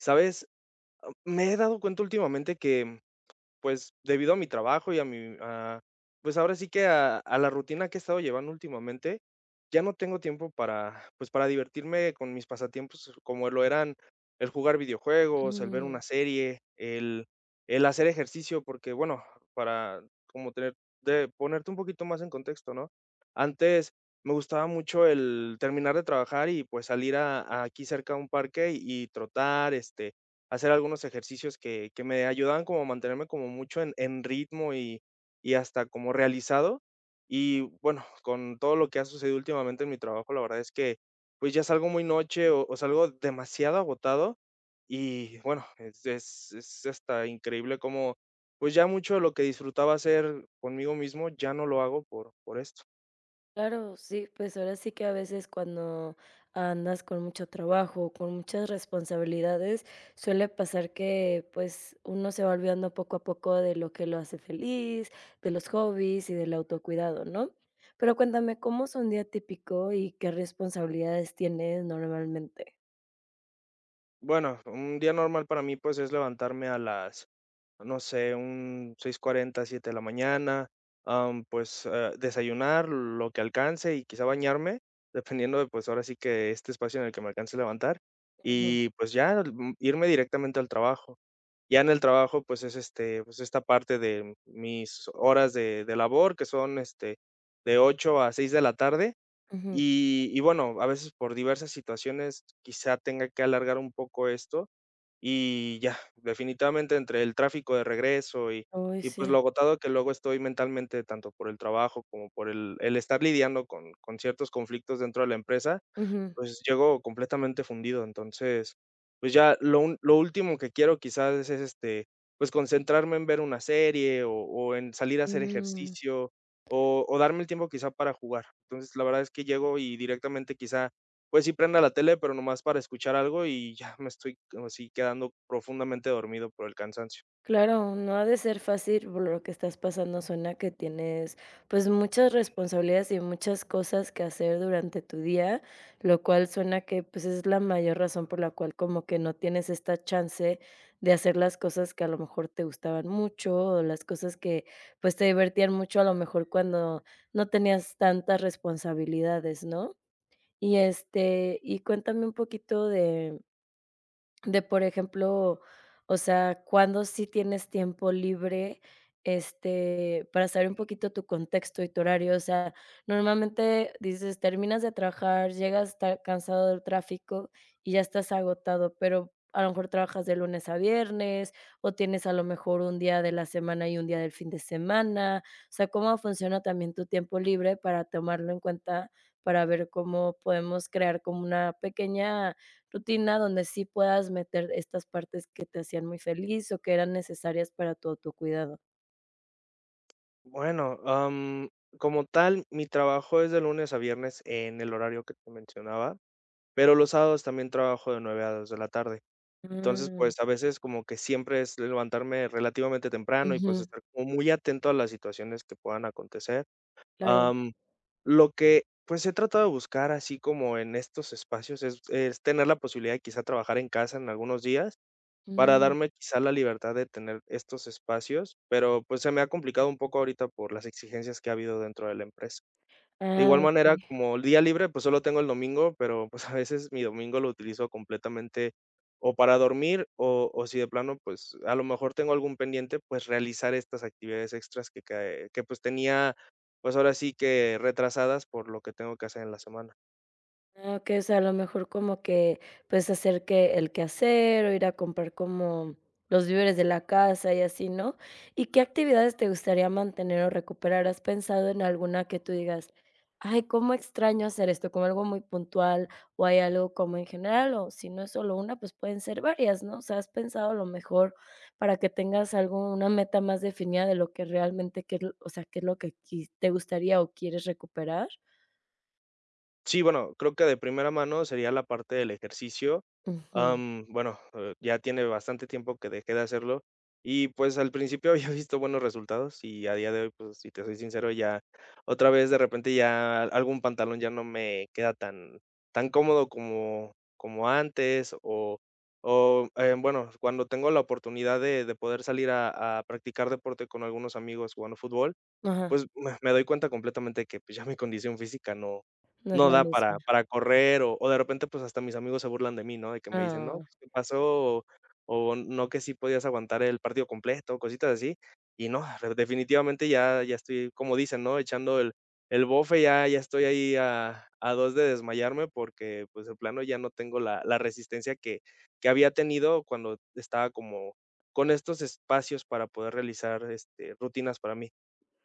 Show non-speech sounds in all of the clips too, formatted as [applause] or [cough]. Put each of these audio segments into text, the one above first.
¿Sabes? Me he dado cuenta últimamente que, pues, debido a mi trabajo pues ahora sí que a la rutina que he estado llevando últimamente, ya no tengo tiempo para, pues, para divertirme con mis pasatiempos como lo eran el jugar videojuegos, el ver una Mm, serie, el hacer ejercicio, porque bueno, para como tener, de ponerte un poquito más en contexto, ¿no? Antes me gustaba mucho el terminar de trabajar y pues salir a aquí cerca a un parque y trotar, hacer algunos ejercicios que me ayudaban como a mantenerme como mucho en ritmo y hasta como realizado. Y bueno, con todo lo que ha sucedido últimamente en mi trabajo, la verdad es que, pues, ya salgo muy noche o salgo demasiado agotado y bueno, es hasta increíble como pues, ya mucho de lo que disfrutaba hacer conmigo mismo, ya no lo hago por esto. claro, sí, pues ahora sí que a veces cuando andas con mucho trabajo, con muchas responsabilidades, suele pasar que pues uno se va olvidando poco a poco de lo que lo hace feliz, de los hobbies y del autocuidado, ¿no? Pero cuéntame, ¿cómo es un día típico y qué responsabilidades tienes normalmente? Bueno, un día normal para mí, pues, es levantarme a las no sé, un 6:47 de la mañana, desayunar lo que alcance y quizá bañarme, [laughs] dependiendo de, pues, ahora sí que este espacio en el que me alcance a levantar, Ujú, y pues ya, irme directamente al trabajo. Ya en el trabajo, pues, pues, esta parte de mis horas de labor, que son, de 8 a 6 de la tarde, ujú. y bueno, a veces por diversas situaciones quizá tenga que alargar un poco esto, y ya, definitivamente entre el tráfico de regreso y Uy, y pues lo sí. agotado que luego estoy mentalmente, tanto por el trabajo como por el estar lidiando con ciertos conflictos dentro de la empresa, pues, llego completamente fundido. Entonces, pues, ya lo último que quiero quizás es, pues, concentrarme en ver una serie o en salir a hacer Ujú. ejercicio o darme el tiempo quizá para jugar. Entonces, la verdad es que llego y directamente quizá, pues, sí prenda la tele, pero nomás para escuchar algo y ya me estoy como así quedando profundamente dormido por el cansancio. Claro, no ha de ser fácil por lo que estás pasando. Suena que tienes, pues, muchas responsabilidades y muchas cosas que hacer durante tu día, lo cual suena que, pues, es la mayor razón por la cual como que no tienes esta chance de hacer las cosas que a lo mejor te gustaban mucho, o las cosas que, pues, te divertían mucho, a lo mejor cuando no tenías tantas responsabilidades, ¿no? Y, este, y cuéntame un poquito de por ejemplo, o sea, cuando sí tienes tiempo libre, este, para saber un poquito tu contexto y tu horario. O sea, normalmente dices, terminas de trabajar, llegas, está cansado del tráfico y ya estás agotado, pero a lo mejor trabajas de lunes a viernes o tienes a lo mejor un día de la semana y un día del fin de semana. O sea, ¿cómo funciona también tu tiempo libre para tomarlo en cuenta, para ver cómo podemos crear como una pequeña rutina donde sí puedas meter estas partes que te hacían muy feliz o que eran necesarias para tu autocuidado? Bueno, como tal, mi trabajo es de lunes a viernes en el horario que te mencionaba, pero los sábados también trabajo de 9 a 2 de la tarde. Entonces, Mm. pues, a veces como que siempre es levantarme relativamente temprano y, pues, Ujú, estar como muy atento a las situaciones que puedan acontecer. claro. Am, lo que, pues, he tratado de buscar así como en estos espacios es tener la posibilidad de quizá trabajar en casa en algunos días para Mm. darme quizá la libertad de tener estos espacios, pero, pues, se me ha complicado un poco ahorita por las exigencias que ha habido dentro de la empresa. De Ah, igual okey. manera, como el día libre, pues solo tengo el domingo, pero pues a veces mi domingo lo utilizo completamente o para dormir o si de plano, pues a lo mejor tengo algún pendiente, pues realizar estas actividades extras que pues tenía, pues ahora sí que retrasadas por lo que tengo que hacer en la semana. Ah, okey, o sea, a lo mejor como que, pues, hacer que el quehacer, o ir a comprar como los víveres de la casa y así, ¿no? ¿Y qué actividades te gustaría mantener o recuperar? ¿Has pensado en alguna que tú digas: "Ay, cómo extraño hacer esto", como algo muy puntual, o hay algo como en general, o si no es solo una, pues, pueden ser varias, ¿no? O sea, ¿has pensado a lo mejor para que tengas algo una meta más definida de lo que realmente qué es lo o sea, qué es lo que qui te gustaría o quieres recuperar? Sí, bueno, creo que de primera mano sería la parte del ejercicio. Ujú, Ya tiene bastante tiempo que dejé de hacerlo y pues al principio [laughs] había visto buenos resultados y a día de hoy, pues si te soy sincero, ya otra vez de repente ya algún pantalón ya no me queda tan, tan cómodo como, como antes o bueno, cuando tengo la oportunidad de poder salir a practicar deporte con algunos amigos jugando fútbol ajá. pues, me doy cuenta completamente que, pues, ya mi condición física no No es no la da misma. para correr, o de repente, pues, hasta mis amigos se burlan de mí, ¿no? De que me dicen: Ah. "No, pues, ¿qué pasó?", o "No, que sí podías aguantar el partido completo", cositas así. Y no, definitivamente ya estoy, como dicen, ¿no? Echando el bofe, ya estoy ahí a 2 de desmayarme porque, pues, de plano ya no tengo la resistencia que había tenido cuando estaba como con estos espacios para poder realizar, rutinas para mí.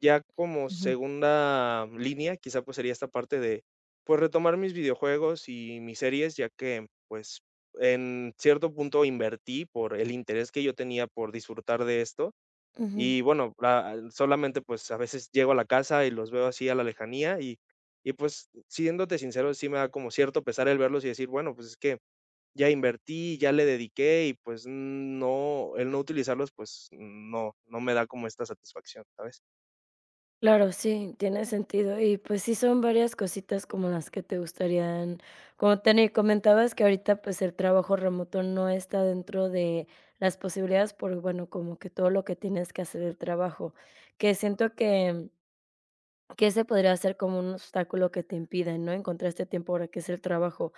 Ya como Ujú. segunda línea, quizá, pues, sería esta parte de, pues, retomar mis videojuegos y mis series, ya que, pues, en cierto punto invertí por el interés que yo tenía por disfrutar de esto. Ujú. Y bueno, solamente, pues, a veces llego a la casa y los veo así a la lejanía y, pues, siéndote sincero, sí me da como cierto pesar el verlos y decir: "Bueno, pues, es que ya invertí, ya le dediqué", y, pues, no el no utilizarlos, pues, no me da como esta satisfacción, ¿sabes? Claro, sí, tiene sentido. Y pues sí son varias cositas como las que te gustarían como tener. Comentabas que ahorita pues el trabajo remoto no está dentro de las posibilidades por, bueno, como que todo lo que tienes que hacer el trabajo, que siento que ese podría ser como un obstáculo que te impida, ¿no? Encontrar este tiempo ahora que es el trabajo.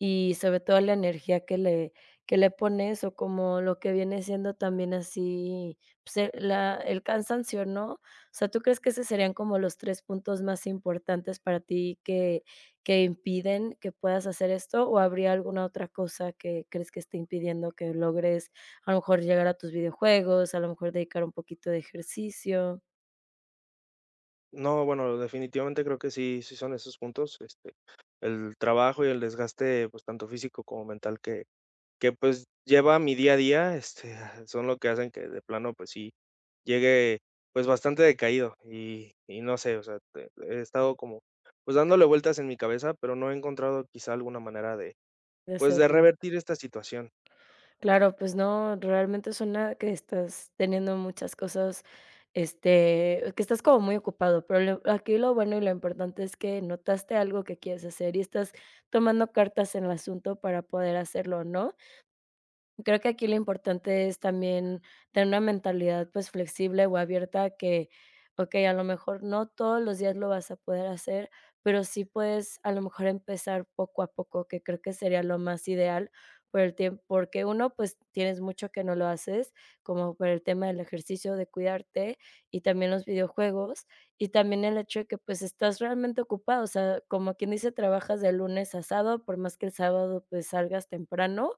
Y sobre todo la energía que le pones, o como lo que viene siendo también así, pues, la el cansancio, ¿no? O sea, ¿tú crees que esos serían como los 3 puntos más importantes para ti que impiden que puedas hacer esto, o habría alguna otra cosa que crees que esté impidiendo que logres, a lo mejor, llegar a tus videojuegos, a lo mejor dedicar un poquito de ejercicio, No, bueno, definitivamente creo que sí son esos puntos, el trabajo y el desgaste, pues, tanto físico como mental que, pues, lleva mi día a día, [laughs] son lo que hacen que de plano, pues sí, llegue, pues, bastante decaído y no sé, o sea, te he estado como, pues, dándole vueltas en mi cabeza, pero no he encontrado quizá alguna manera de, de pues, de hacerlo? revertir esta situación. Claro, pues no, realmente suena que estás teniendo muchas cosas, este, que estás como muy ocupado, pero aquí lo bueno y lo importante es que notaste algo que quieres hacer y estás tomando cartas en el asunto para poder hacerlo, ¿no? Creo que aquí lo importante es también tener una mentalidad, pues, flexible o abierta que, okey, a lo mejor no todos los días lo vas a poder hacer, pero sí puedes, a lo mejor, empezar poco a poco, que creo que sería lo más ideal por el tiempo porque uno, pues, tienes mucho que no lo haces, como por el tema del ejercicio, de cuidarte, y también los videojuegos, y también el hecho de que, pues, estás realmente ocupado, o sea, como quien dice, trabajas de lunes a sábado, por más que el sábado, pues, salgas temprano,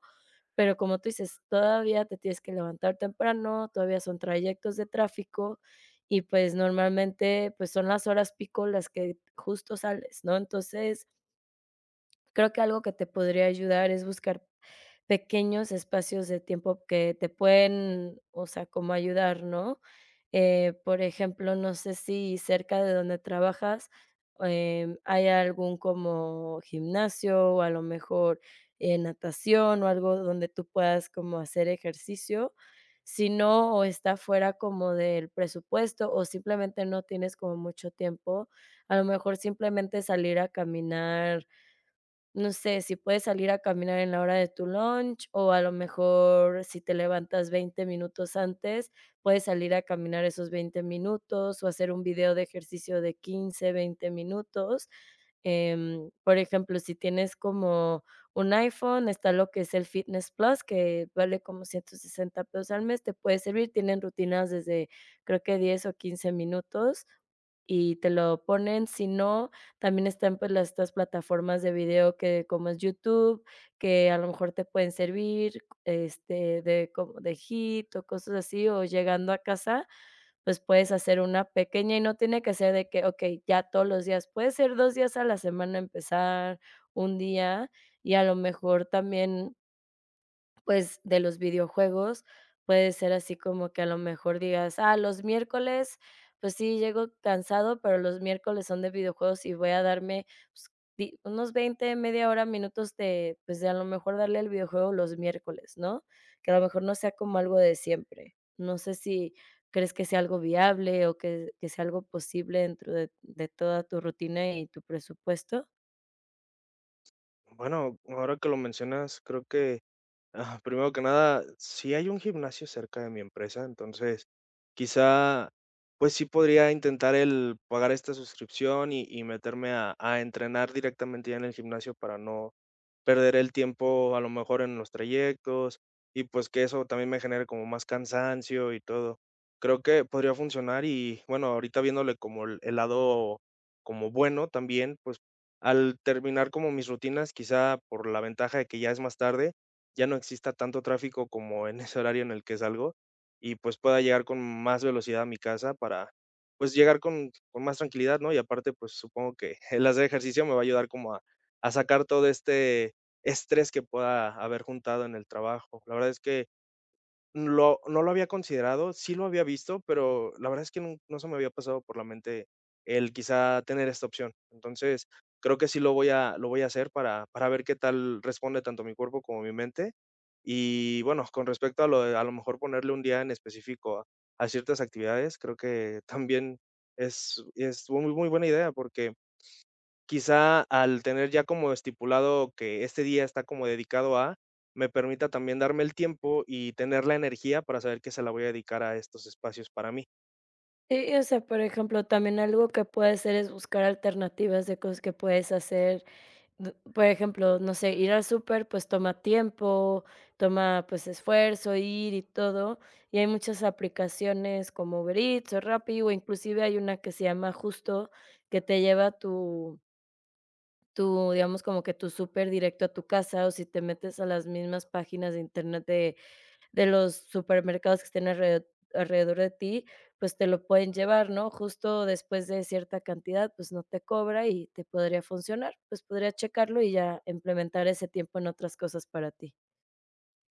pero como tú dices, todavía te tienes que levantar temprano, todavía son trayectos de tráfico y, pues, normalmente, pues, son las horas pico las que justo sales, ¿no? Entonces, creo que algo que te podría ayudar es buscar pequeños espacios de tiempo que te pueden, o sea, como ayudar, ¿no? Por ejemplo, no sé si cerca de donde trabajas, em, hay algún como gimnasio o a lo mejor, natación o algo donde tú puedas como hacer ejercicio. Si no, o está fuera como del presupuesto o simplemente no tienes como mucho tiempo, a lo mejor simplemente salir a caminar, no sé, si puedes salir a caminar en la hora de tu lunch, o a lo mejor si te levantas 20 minutos antes, puedes salir a caminar esos 20 minutos, o hacer un video de ejercicio de 15, 20 minutos. Em, por ejemplo, si tienes como un iPhone, está lo que es el Fitness Plus, que vale como 160 pesos al mes, te puede servir. Tienen rutinas desde creo que 10 o 15 minutos y te lo ponen. Si no, también están, pues, las estas plataformas de video que como es YouTube, que a lo mejor te pueden servir, este, de como de hit o cosas así, o llegando a casa, pues, puedes hacer una pequeña y no tiene que ser de que, okey, ya todos los días, puede ser 2 días a la semana empezar, un día, y a lo mejor también pues, de los videojuegos, puede ser así como que a lo mejor digas: "Ah, los miércoles, pues sí, llego cansado, pero los miércoles son de videojuegos y voy a darme, pues, di unos 20 media hora, minutos de, pues, de a lo mejor darle al videojuego los miércoles", ¿no? Que a lo mejor no sea como algo de siempre. No sé si crees que sea algo viable o que sea algo posible dentro de toda tu rutina y tu presupuesto. Bueno, ahora que lo mencionas, creo que primero que nada, sí hay un gimnasio cerca de mi empresa, entonces quizá, pues sí podría intentar el pagar esta suscripción y meterme a entrenar directamente ya en el gimnasio para no perder el tiempo a lo mejor en los trayectos y pues que eso también me genere como más cansancio y todo. Creo que podría funcionar y bueno, ahorita viéndole como el lado como bueno también, pues al terminar como mis rutinas, quizá por la ventaja de que ya es más tarde ya no exista tanto tráfico como en ese horario en el que salgo y pues pueda llegar con más velocidad a mi casa para pues llegar con más tranquilidad, ¿no? Y aparte, pues supongo que [laughs] el hacer ejercicio me va a ayudar como a sacar todo este estrés que pueda haber juntado en el trabajo. La verdad es que lo no lo había considerado, sí lo había visto, pero la verdad es que nun no se me había pasado por la mente el quizá tener esta opción. Entonces, creo que sí lo voy a hacer para ver qué tal responde tanto mi cuerpo como mi mente. Y bueno, con respecto a lo de a lo mejor ponerle un día en específico a ciertas actividades, creo que también es muy muy buena idea porque quizá al tener ya como estipulado que este día está como dedicado a, me permita también darme el tiempo y tener la energía para saber que se la voy a dedicar a estos espacios para mí. Sí, o sea, por ejemplo, también algo que puedes hacer es buscar alternativas de cosas que puedes hacer. Por ejemplo, no sé, ir al súper, pues toma tiempo, toma pues esfuerzo, ir y todo. Y hay muchas aplicaciones como Uber Eats o Rappi, o inclusive hay una que se llama Justo, que te lleva tu, digamos, como que tu súper directo a tu casa, o si te metes a las mismas páginas de internet de los supermercados que estén alredo alrededor de ti, pues, te lo pueden llevar, ¿no? Justo después de cierta cantidad, pues, no te cobra y te podría funcionar. Pues, podría checarlo y ya implementar ese tiempo en otras cosas para ti.